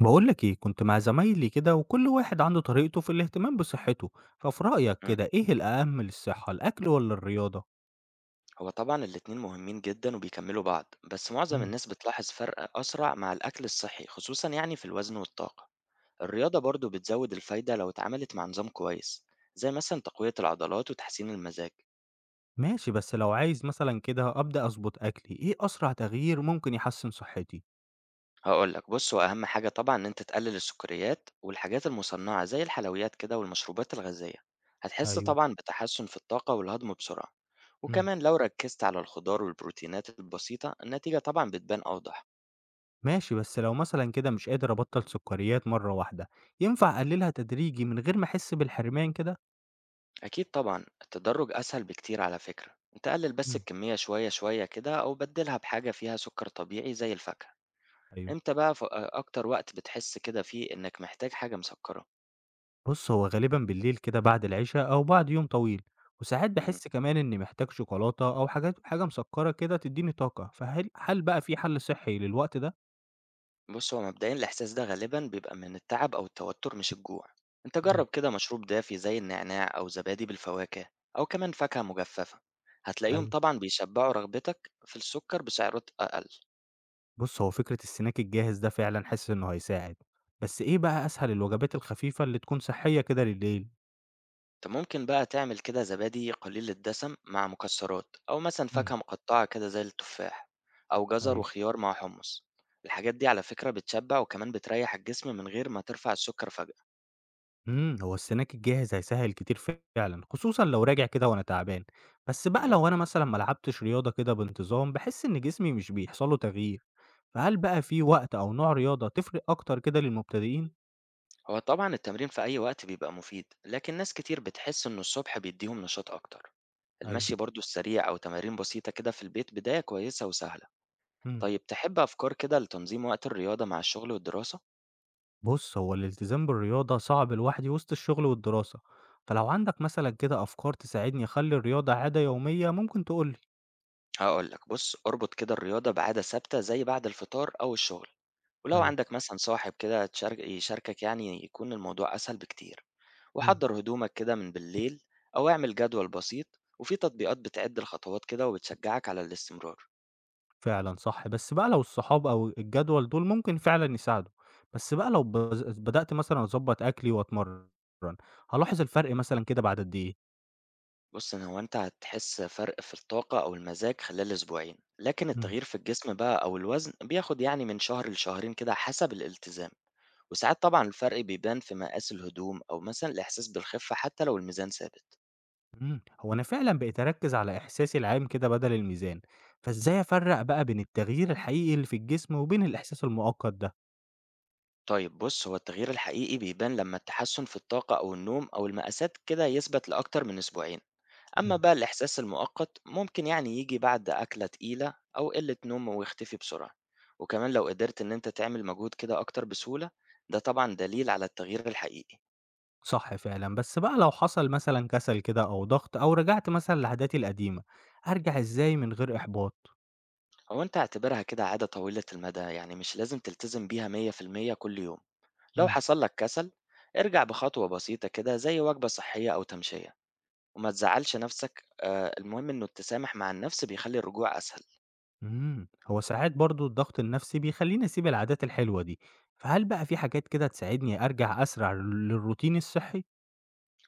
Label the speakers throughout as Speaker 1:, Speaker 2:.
Speaker 1: بقولك ايه، كنت مع زمايلي كده وكل واحد عنده طريقته في الاهتمام بصحته. ففي رأيك
Speaker 2: إمم.
Speaker 1: كده ايه الأهم للصحة، الأكل ولا الرياضة؟
Speaker 2: هو طبعًا الاتنين مهمين جدًا وبيكمّلوا بعض، بس معظم
Speaker 1: مم.
Speaker 2: الناس بتلاحظ فرق أسرع مع الأكل الصحّي، خصوصًا يعني في الوزن والطاقة. الرياضة برضه بتزوّد الفايدة لو اتعملت مع نظام كويس، زي مثلًا تقوية العضلات وتحسين المزاج.
Speaker 1: ماشي، بس لو عايز مثلا كده أبدأ أظبط أكلي ايه أسرع تغيير ممكن يحسن صحتي؟
Speaker 2: هاقول لك بُص، هو أهم حاجة طبعًا إن أنت تقلل السكريات والحاجات المصنّعة زي الحلويات كده والمشروبات الغازية، هتحس
Speaker 1: ايوه.
Speaker 2: طبعًا بتحسُّن في الطاقة والهضم بسرعة.
Speaker 1: مم.
Speaker 2: وكمان لو ركّزت على الخضار والبروتينات البسيطة، النتيجة طبعًا بتبان أوضح.
Speaker 1: ماشي، بس لو مثلا كده مش قادر أبطل سكريات مرة واحدة ينفع أقللها تدريجي من غير ما أحس بالحرمان كده؟
Speaker 2: أكيد طبعا التدرج أسهل بكتير، على فكرة أنت قلل بس
Speaker 1: مم.
Speaker 2: الكمية شوية شوية كده أو بدلها بحاجة فيها سكر طبيعي زي الفاكهة.
Speaker 1: أيوه.
Speaker 2: إمتى بقى أكتر وقت بتحس كده فيه إنك محتاج حاجة مسكرة؟
Speaker 1: بُص، هو غالبًا بالليل كده بعد العشا أو بعد يوم طويل، وساعات
Speaker 2: مم.
Speaker 1: باحس كمان إني محتاج شوكولاتة أو حاجة مسكّرة كده تدّيني طاقة، فهل بقى في حل صحّي للوقت ده؟
Speaker 2: بص، هو مبدئيا الإحساس ده غالبا بيبقى من التعب أو التوتر مش الجوع. أنت
Speaker 1: إمم.
Speaker 2: جرب كده مشروب دافي زي النعناع أو زبادي بالفواكه أو كمان فاكهة مجففة. هتلاقيهم
Speaker 1: أيوه.
Speaker 2: طبعا بيشبعوا رغبتك في السكر بسعرات أقل.
Speaker 1: بُص، هو فكرة السناك الجاهز ده فعلًا حاسس إنه هيساعد، بس إيه بقى أسهل الوجبات الخفيفة اللي تكون صحّية كده لليل؟
Speaker 2: أنت ممكن بقى تعمل كده زبادي قليل الدسم مع مكسرات أو مثلا
Speaker 1: إمم.
Speaker 2: فاكهة مقطعة كده زي التفاح أو جزر
Speaker 1: أيوه.
Speaker 2: وخيار مع حمص. الحاجات دي على فكرة بتشبع وكمان بتريح الجسم من غير ما ترفع السكر فجأة.
Speaker 1: هو السناك الجاهز هيسهّل كتير فعلًا، خصوصًا لو راجع كده وأنا تعبان، بس بقى
Speaker 2: مه.
Speaker 1: لو أنا مثلًا ما لعبتش رياضة كده بانتظام، باحس إن جسمي مش بيحصل له تغيير. فهل بقى في وقت أو نوع رياضة تفرق أكتر كده للمبتدئين؟
Speaker 2: هو طبعا التمرين في أي وقت بيبقى مفيد، لكن ناس كتير بتحس إنه الصبح بيديهم نشاط أكتر.
Speaker 1: أيوه.
Speaker 2: المشي برضو السريع أو تمارين بسيطة كده في البيت بداية كويسة وسهلة.
Speaker 1: إمم،
Speaker 2: طيب تحب أفكار كده لتنظيم وقت الرياضة مع الشغل والدراسة؟
Speaker 1: بُص، هو الالتزام بالرياضة صعب لوحدي وسط الشغل والدراسة، فلو عندك مثلًا كده أفكار تساعدني أخلّي الرياضة عادة يومية ممكن تقول لي.
Speaker 2: هقولك بص، اربط كده الرياضة بعادة ثابتة زي بعد الفطار أو الشغل، ولو
Speaker 1: أيوه.
Speaker 2: عندك مثلا صاحب كده تشارك يشاركك يعني يكون الموضوع أسهل بكتير.
Speaker 1: إمم،
Speaker 2: وحضر هدومك كده من بالليل، أو اعمل جدول بسيط وفي تطبيقات بتعد الخطوات كده وبتشجعك على الاستمرار.
Speaker 1: فعلًا صح، بس بقى لو الصحاب أو الجدول دول ممكن فعلًا يساعدوا، بس بقى لو بدأت مثلًا أضبّط أكلي وأتمرّن، هالاحظ الفرق مثلًا كده بعد قد إيه؟
Speaker 2: بص إن هو أنت هتحس فرق في الطاقة أو المزاج خلال أسبوعين، لكن
Speaker 1: إمم.
Speaker 2: التغيير في الجسم بقى أو الوزن بياخد يعني من شهر لشهرين كده حسب الالتزام. وساعات طبعا الفرق بيبان في مقاس الهدوم أو مثلا الإحساس بالخفة حتى لو الميزان ثابت.
Speaker 1: هو أنا فعلًا بقيت أركّز على إحساسي العام كده بدل الميزان، فإزاي أفرّق بقى بين التغيير الحقيقي اللي في الجسم وبين الإحساس المؤقت ده؟
Speaker 2: طيب بص، هو التغيير الحقيقي بيبان لما التحسن في الطاقة أو النوم أو المقاسات كده يثبت لأكتر من أسبوعين. أما
Speaker 1: إمم،
Speaker 2: بقى الإحساس المؤقت ممكن يعني يجي بعد أكلة تقيلة أو قلة نوم ويختفي بسرعة. وكمان لو قدرت إن أنت تعمل مجهود كده أكتر بسهولة، ده طبعا دليل على التغيير الحقيقي.
Speaker 1: صح فعلًا، بس بقى لو حصل مثلًا كسل كده أو ضغط أو رجعت مثلًا لعاداتي القديمة، أرجع إزاي من غير إحباط؟
Speaker 2: هو أنت اعتبرها كده عادة طويلة المدى، يعني مش لازم تلتزم بيها 100% كل يوم. لو
Speaker 1: إمم،
Speaker 2: حصل لك كسل، ارجع بخطوة بسيطة كده زي وجبة صحية أو تمشية. وما تزعّلش نَفْسك، المهم إنه التسامح مع النَفْس بيخلّي الرجوع أسهل.
Speaker 1: إمم، هو ساعات برضه الضغط النفسي بيخلّيني أسيب العادات الحلوة دي، فهل بقى في حاجات كده تساعدني أرجع أسرع للروتين الصحّي؟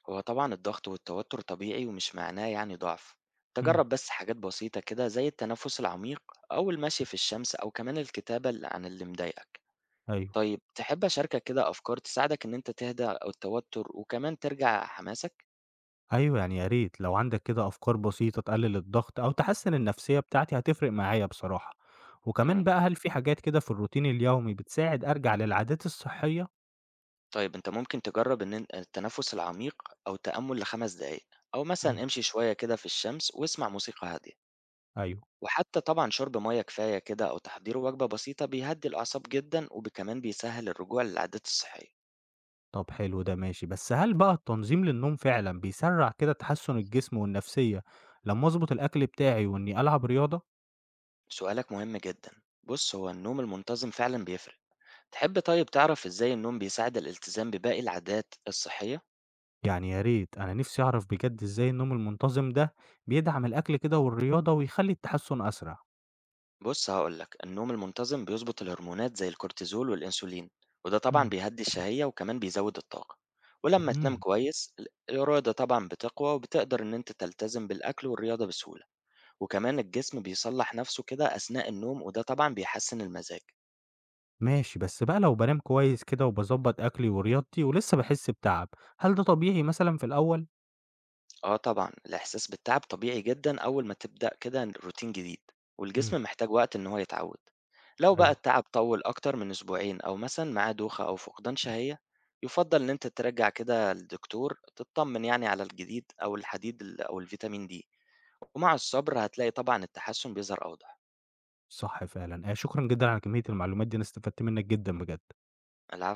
Speaker 2: هو طبعًا الضغط والتوتر طبيعي ومش معناه يعني ضعف.
Speaker 1: إمم.
Speaker 2: تجرّب بس حاجات بسيطة كده زي التنفُّس العميق أو المشي في الشمس أو كمان الكتابة عن اللي مضايقك.
Speaker 1: أيوه.
Speaker 2: طيب تحب أشاركك كده أفكار تساعدك إن أنت تهدى أو التوتر وكمان ترجع حماسك؟
Speaker 1: أيوه، يعني يا ريت لو عندك كده أفكار بسيطة تقلل الضغط أو تحسّن النفسية بتاعتي هتفرق معايا بصراحة، وكمان
Speaker 2: إمم.
Speaker 1: بقى هل في حاجات كده في الروتين اليومي بتساعد أرجع للعادات الصحية؟
Speaker 2: طيب أنت ممكن تجرّب إن أنت التنفُّس العميق أو التأمُّل ل5 دقايق أو
Speaker 1: إمم.
Speaker 2: مثلًا امشي شوية كده في الشمس واسمع موسيقى هادية.
Speaker 1: أيوه.
Speaker 2: وحتى طبعًا شرب مَيّة كفاية كده أو تحضير وجبة بسيطة بيهدّي الأعصاب جدًا وكمان بيسهّل الرجوع للعادات الصحية.
Speaker 1: طب حلو ده ماشي، بس هل بقى التنظيم للنوم فعلًا بيسرّع كده تحسُّن الجسم والنفسية لمّا أضبط الأكل بتاعي وإني ألعب رياضة؟
Speaker 2: سؤالك مهم جدًا. بُص، هو النوم المنتظم فعلًا بيفرق. تحب طيب تعرف إزاي النوم بيساعد الالتزام بباقي العادات الصحية؟
Speaker 1: يعني يا ريت، أنا نِفْسي أعرف بجد إزاي النوم المنتظم ده بيدعم الأكل كده والرياضة ويخلّي التحسُّن أسرع.
Speaker 2: بُص هاقول لك، النوم المنتظم بيضبط الهرمونات زي الكورتيزول والأنسولين، وده طبعًا
Speaker 1: إمم.
Speaker 2: بيهدّي الشهية وكمان بيزوّد الطاقة. ولمّا تنام
Speaker 1: إمم.
Speaker 2: كويس، الإرادة طبعًا بتقوى وبتقدر إن أنت تلتزم بالأكل والرياضة بسهولة. وكمان الجسم بيصلح نفسه كده أثناء النوم وده طبعًا بيحسّن المزاج.
Speaker 1: ماشي، بس بقى لو بانام كويس كده وباضبط أكلي ورياضتي ولسه باحس بتعب، هل ده طبيعي مثلًا في الأول؟
Speaker 2: آه طبعًا، الإحساس بالتعب طبيعي جدًا أول ما تبدأ كده روتين جديد،
Speaker 1: إمم.
Speaker 2: والجسم محتاج وقت إن هو يتعوّد. لو بقى
Speaker 1: أيوه.
Speaker 2: التعب طوّل أكتر من أسبوعين أو مثلًا معاه دوخة أو فقدان شهية، يُفضّل إن أنت ترجّع كده للدكتور تتطمن يعني على الجديد أو الحديد أو الفيتامين D. ومع الصبر هتلاقي طبعًا التحسّن بيظهر أوضح.
Speaker 1: صح فعلًا، شكرًا جدًا على كمية المعلومات دي أنا استفدت منك جدًا بجد.
Speaker 2: العفو.